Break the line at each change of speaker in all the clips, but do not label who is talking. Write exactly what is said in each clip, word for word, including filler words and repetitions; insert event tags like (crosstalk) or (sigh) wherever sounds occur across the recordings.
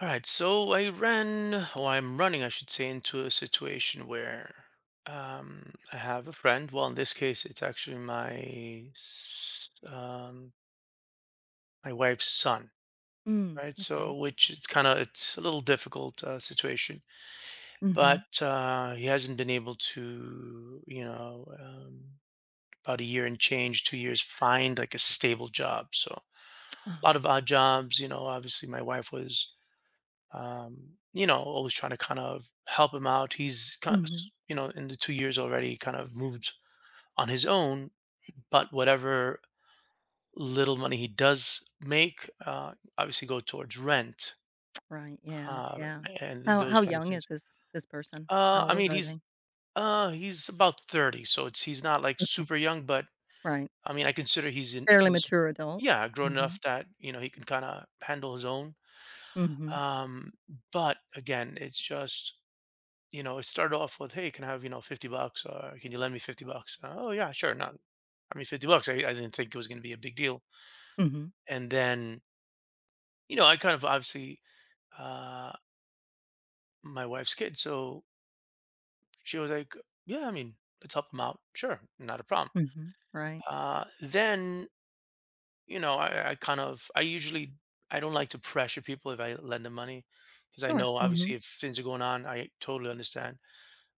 All right, so I ran, or I'm running, I should say, into a situation where um, I have a friend. Well, in this case, it's actually my s- um, my wife's son,
Mm,
right? So,
okay.
which is kind of it's a little difficult uh, situation. But
Mhm.
uh, he hasn't been able to, you know, um, about a year and change, two years, find like a stable job. So, a
Oh,
lot of odd jobs. You know, obviously, my wife was um, you know, always trying to kind of help him out. He's kind of,
mhm.
you know, in the two years, already kind of moved on his own, but whatever little money he does make, uh, obviously go towards rent,
Right, yeah,
uh,
yeah.
and
How
those
how
kind of
young
things.
is this this person? How
Uh, I
old
mean,
are
he's,
they?
uh, he's about thirty. So it's, he's not like
Okay,
super young, but
right.
I mean, I consider he's in,
Fairly
he's,
mature adult.
yeah, grown
Mhm.
enough that, you know, he can kind of handle his own.
Mhm.
Um, but again, it's just, you know, it started off with, "Hey, can I have, you know, fifty bucks? Or can you lend me fifty bucks?" Uh, "Oh, yeah, sure. Not, I mean, fifty bucks. I, I didn't think it was going to be a big deal."
Mhm.
And then, you know, I kind of, obviously, uh, my wife's kid. So she was like, yeah, I mean, let's help them out. Sure. Not a problem.
Mhm. Right.
Uh, then, you know, I, I kind of, I usually, I don't like to pressure people if I lend them money, because I
Sure.
know, obviously,
Mhm.
if things are going on, I totally understand.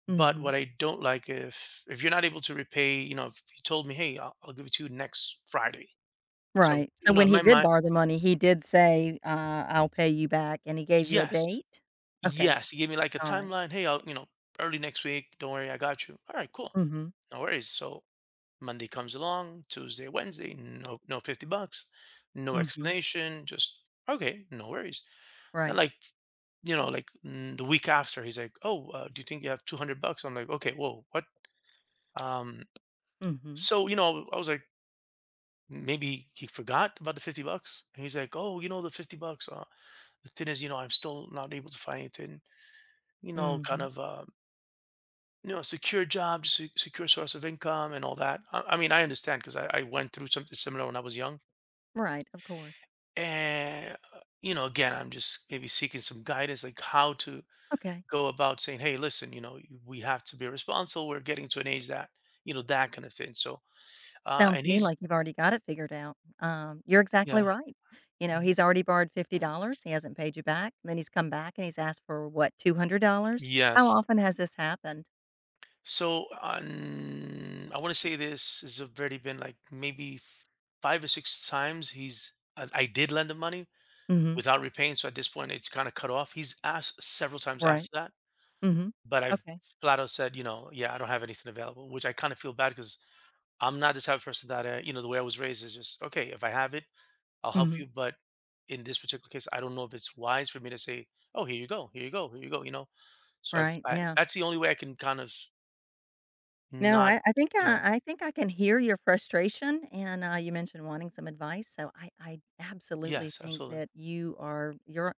But
Mhm.
what I don't like, if if you're not able to repay, you know, if you told me, "Hey, I'll, I'll give it to you next Friday." So,
Right. So
you know,
when
in
he
my
did
mind,
borrow the money, he did say, uh, "I'll pay you back," and he gave you a
yes,
date? Okay.
yes, he gave me like a
Alright.
timeline. Hey, I'll, you know, early next week. Don't worry, I got you. All right, cool,
Mhm.
no worries. So Monday comes along, Tuesday, Wednesday, no, no, fifty bucks, no
Mhm.
explanation, just okay, no worries. Then
Right.
like, you know, like, mm, the week after, he's like, "Oh, uh, do you think you have two hundred bucks?" I'm like, "Okay, whoa, what?" Um,
Mhm.
so, you know, I was like, maybe he forgot about the fifty bucks. And he's like, "Oh, you know the fifty bucks, uh the thing is, you know I'm still not able to find anything, you know kind
Mhm.
of, uh you know secure job, se- secure source of income, and all that." i, I mean, I understand, because I, I went through something similar when I was young.
Right, of course.
And uh, you know again, I'm just maybe seeking some guidance, like how to
Okay.
go about saying, "Hey, listen, you know we have to be responsible, we're getting to an age that, you know that kind of thing, so..." uh
Sounds
and
to me
he's...
like you've already got it figured out. Um, you're exactly
yeah.
right. You know,
Mhm.
he's already borrowed fifty dollars he hasn't paid you back, then he's come back and he's asked for what, two hundred dollars? How
Yes.
often has this happened?
So on, I want to say this has already been like maybe f- five or six times he's I, I did lend him money
Mhm.
without repaying. So at this point, it's kind of cut off. He's asked several times
Right.
after that,
Mhm.
but I've
Okay.
flat out said, you know, yeah, I don't have anything available, which I kind of feel bad, because I'm not the type of person that, uh, you know, the way I was raised is just, okay. If I have it, I'll help
Mhm.
you. But in this particular case, I don't know if it's wise for me to say, oh, here you go, here you go, here you go. You know, so I've,
Right,
I
yeah.
that's the only way I can kind of
No,
not,
I I think
you
I
know
I think I can hear your frustration, and, uh, you mentioned wanting some advice, so I I absolutely
Yes,
think
absolutely.
that you are you're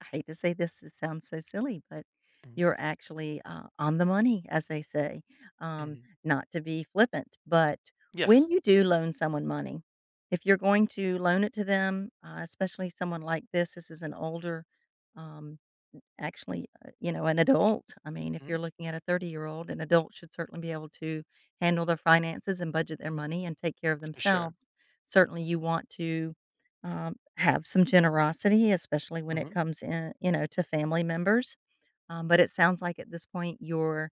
I hate to say this, it sounds so silly, but
Mhm.
you're actually, uh, on the money, as they say, um,
Mhm.
not to be flippant, but when
Yes.
you do loan someone money, if you're going to loan it to them, uh, especially someone like this, this is an older, um, actually, uh, you know, an adult. I mean, if you're
Mhm.
looking at a thirty-year-old, an adult should certainly be able to handle their finances and budget their money and take care of
For sure.
themselves. Certainly, you want to, um, have some generosity, especially when it
Mhm.
comes in, you know, to family members. Um, but it sounds like at this point, your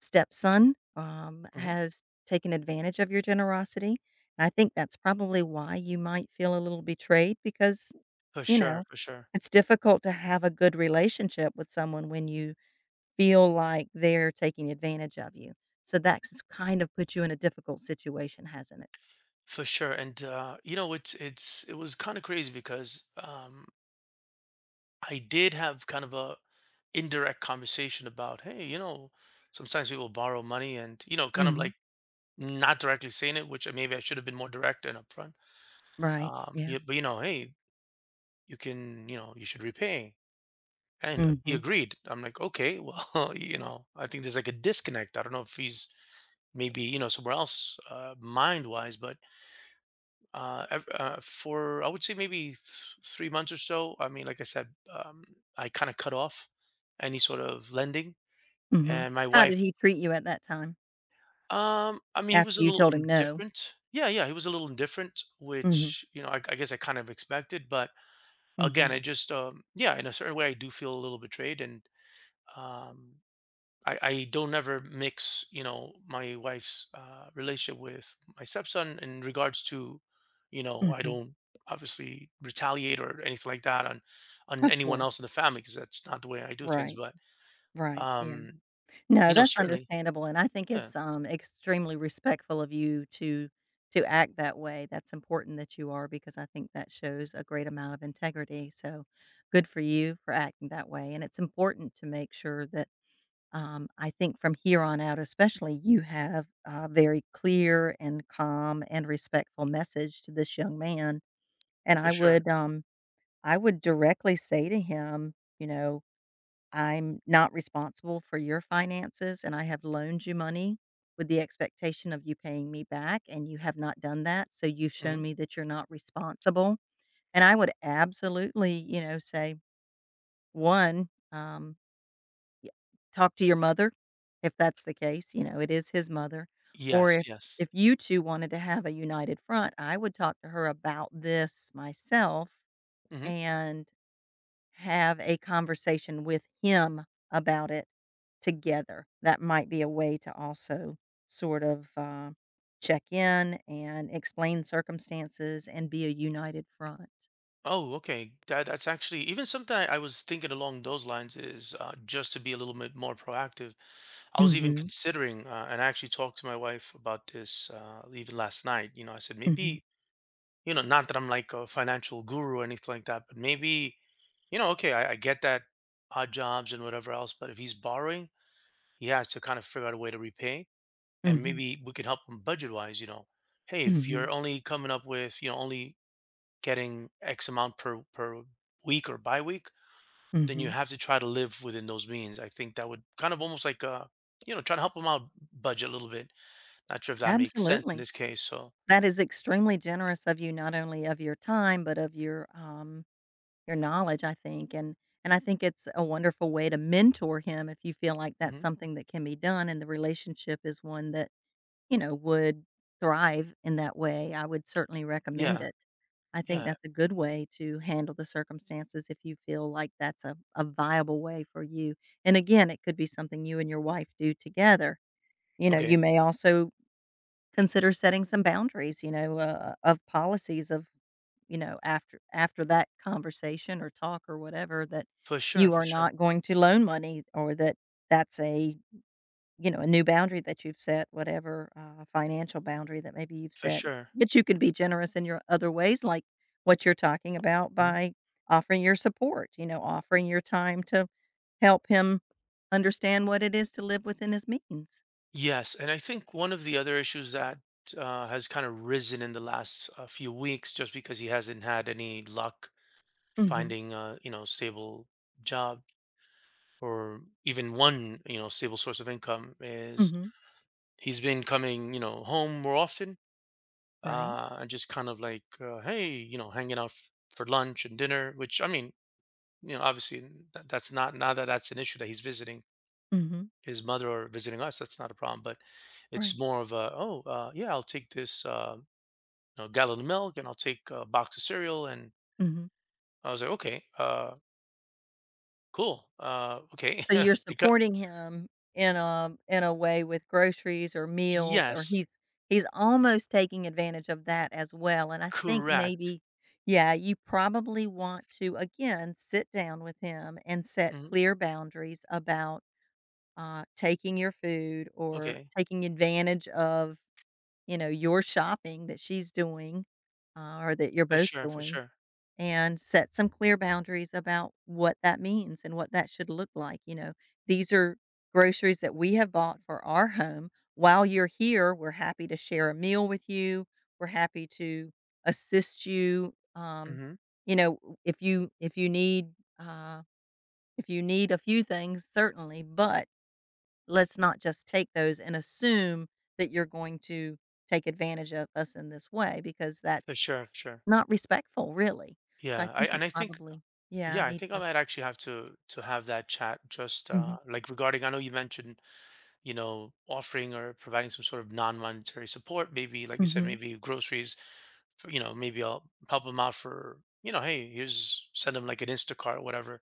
stepson, um,
Mhm.
has taken advantage of your generosity. I think that's probably why you might feel a little betrayed because
For
you know,
sure, for sure.
it's difficult to have a good relationship with someone when you feel like they're taking advantage of you. So that's kind of put you in a difficult situation, hasn't it?
For sure. And uh, you know, it's it's it was kind of crazy, because um I did have kind of a indirect conversation about, hey, you know, sometimes people borrow money, and, you know, kind of
Mhm.
like not directly saying it, which maybe I should have been more direct and upfront.
Right.
Um,
Yeah.
yeah, but you know, hey, you can, you know, you should repay. And uh, he
Mhm.
agreed. I'm like, okay, well, (laughs) you know, I think there's like a disconnect. I don't know if he's maybe, you know somewhere else, uh, mind wise. But uh, ev- uh, for, I would say maybe th- three months or so, I mean, like I said, um, I kind of cut off any sort of lending.
Mhm.
And my
How
wife,
did he treat you at that time
um I mean, he
after
was a
you
little
told him no?
indifferent. Yeah. Yeah, he was a little indifferent,
Mhm.
which, you know i, I guess I kind of expected. But again,
Mhm.
I just, um yeah, in a certain way, I do feel a little betrayed. And um I, I don't ever mix, you know, my wife's uh, relationship with my stepson in regards to, you know, I
Mhm.
don't obviously retaliate or anything like that on on
Of
anyone else
course.
in the family, because that's not the way I do things.
Right.
But
Right. Yeah.
um,
No,
you know,
that's
certainly,
understandable, and I think
yeah,
it's, um, extremely respectful of you to to act that way. That's important that you are because I think that shows a great amount of integrity, so good for you for acting that way, and it's important to make sure that, um, I think from here on out especially, you have a very clear and calm and respectful message to this young man, and
for
I
sure.
would, um, I would directly say to him, you know I'm not responsible for your finances, and I have loaned you money with the expectation of you paying me back, and you have not done that. So you've
Hmm.
shown me that you're not responsible. And I would absolutely, you know, say, one, um, y- talk to your mother if that's the case. You know, it is his mother. Or
Yes,
if,
yes.
if you two wanted to have a united front, I would talk to her about this myself.
Hmm.
And have a conversation with him about it together. That might be a way to also sort of uh, check in and explain circumstances and be a united front.
Oh, okay. That that's actually even something I, I was thinking along those lines, is uh, just to be a little bit more proactive. I was even
Mhm,
considering, uh, and I actually talked to my wife about this uh, even last night. You know, I said,
mhm,
maybe, you know, not that I'm like a financial guru or anything like that, but maybe, you know, okay, I, I get that odd jobs and whatever else, but if he's borrowing, he has to kind of figure out a way to repay, and
mhm,
maybe we can help him budget wise. You know, hey, if
mhm,
you're only coming up with, you know, only getting X amount per per week or bi week, then you
mhm.
have to try to live within those means. I think that would kind of almost like, uh, you know, try to help him out, budget a little bit, not sure if that makes sense in
Absolutely.
this case, so...
That is extremely generous of you, not only of your time, but of your um, your knowledge, I think. And and I think it's a wonderful way to mentor him if you feel like that's
Mhm.
something that can be done and the relationship is one that you know, would thrive in that way, I would certainly recommend
Yeah,
it. I think
yeah.
that's a good way to handle the circumstances if you feel like that's a, a viable way for you. And again, it could be something you and your wife do together. You know,
Okay.
you may also consider setting some boundaries, you know, uh, of policies of, you know, after after that conversation or talk or whatever that
For sure,
you
for
are
sure,
not going to loan money or that that's a you know, a new boundary that you've set, whatever, uh, financial boundary that maybe you've
for
set,
sure.
but you can be generous in your other ways, like what you're talking about
Mhm.
by offering your support, you know, offering your time to help him understand what it is to live within his means.
Yes, and I think one of the other issues that, uh, has kinda risen in the last, uh, few weeks, just because he hasn't had any luck
Mhm.
finding a, you know, stable job, or even one, you know, stable source of income, is
Mhm.
he's been coming, you know, home more often,
Right.
uh, and just kind of like, uh, "Hey," you know, hanging out f for lunch and dinner, which, I mean, you know, obviously n- that's not, not that that's an issue that he's visiting
Mhm.
his mother or visiting us. That's not a problem, but
Right.
it's more of a, "Oh, uh, yeah, I'll take this uh, you know, gallon of milk, and I'll take a box of cereal." And
Mhm.
I was like, okay, uh, cool, uh, okay.
So you're
(laughs) It got...
supporting him in a in a way with groceries or meals, or
yes,
he's he's almost taking advantage of that as well, and I think
correct.
maybe yeah, you probably want to again sit down with him and set
Hmm.
clear boundaries about uh, taking your food or
Okay,
taking advantage of you know your shopping that she's doing uh, or that you're
for
both
sure, for
doing
sure.
and set some clear boundaries about what that means and what that should look like. You know, these are groceries that we have bought for our home. While you're here, we're happy to share a meal with you. We're happy to assist you. Um,
Hmm,
you know, if you if you need uh, if you need a few things, certainly, but let's not just take those and assume that you're going to take advantage of us in this way because
for
that's
sure, for sure.
not respectful, really. So I
Yeah, I
think you
and I think
probably yeah, I
yeah, I
need
think I
to
might actually have to to have that chat, just
Mhm,
uh, like regarding. I know you mentioned, you know, offering or providing some sort of non-monetary support. Maybe, like you said,
mhm,
maybe groceries. For, you know, maybe I'll help them out, for, you know, hey, here's, send them like an Instacart or whatever,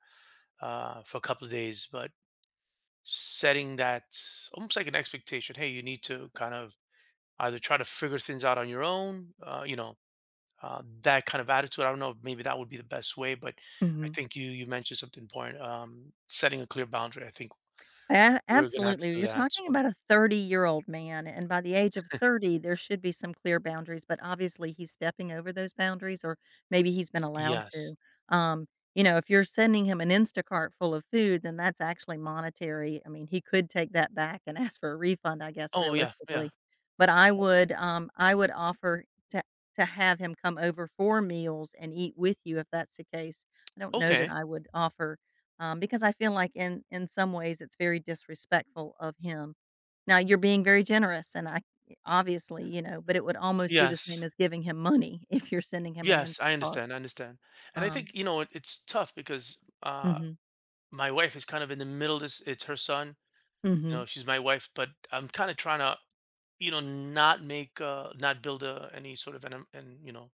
uh, for a couple of days. But setting that almost like an expectation. Hey, you need to kind of either try to figure things out on your own. Uh, you know, uh, that kind of attitude. I don't know if maybe that would be the best way, but I
mhm.
think you you mentioned something important. Um, setting a clear boundary. I think
A
we're gonna have to
Absolutely.
do
You're
that.
talking
So
about a thirty-year-old man, and by the age of thirty, there should be some clear boundaries, but obviously he's stepping over those boundaries, or maybe he's been allowed
yes.
to. Um, you know, if you're sending him an Instacart full of food, then that's actually monetary. I mean, he could take that back and (laughs) ask for a refund, I guess,
Oh yeah, yeah.
realistically. But I would, um, I would offer to to have him come over for meals and eat with you if that's the case. I don't know that
Okay.
I would offer um, because I feel like in in some ways it's very disrespectful of him. Now you're being very generous, and I obviously you know, but it would almost be the same
Yes.
as giving him money (laughs) if you're sending him an
Yes, I
Instacart.
understand, I understand. And I
Um,
think, you know, it it's tough because, uh,
mhm,
my wife is kind of in the middle of this. It's her son, you
mhm.
know, she's my wife, but I'm kinda trying to, you know, not make, uh not build, uh, any sort of an um, an you know,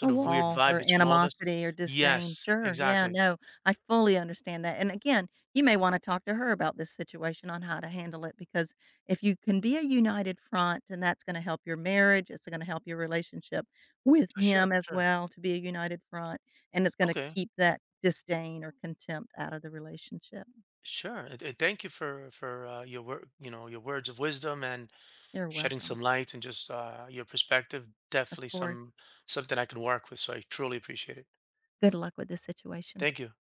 A
of weird
wall
vibe
or
between all of us.
animosity or disdain.
Yes,
Sure, yeah,
exactly.
no, I fully understand that, and again, you may wanna talk to her about this situation on how to handle it because if you can be a united front, and that's gonna help your marriage, it's gonna help your relationship with
For sure,
him
for
as
sure.
well to be a united front, and it's gonna
Okay,
keep that disdain or contempt out of the relationship.
sure. Uh, th Thank you for for, uh, your wor you know, your words of wisdom, and
You're
shedding
welcome.
some light, and just uh, your perspective.
Of
Definitely
course.
some something I can work with. So I truly appreciate it.
Good luck with this situation.
Thank you.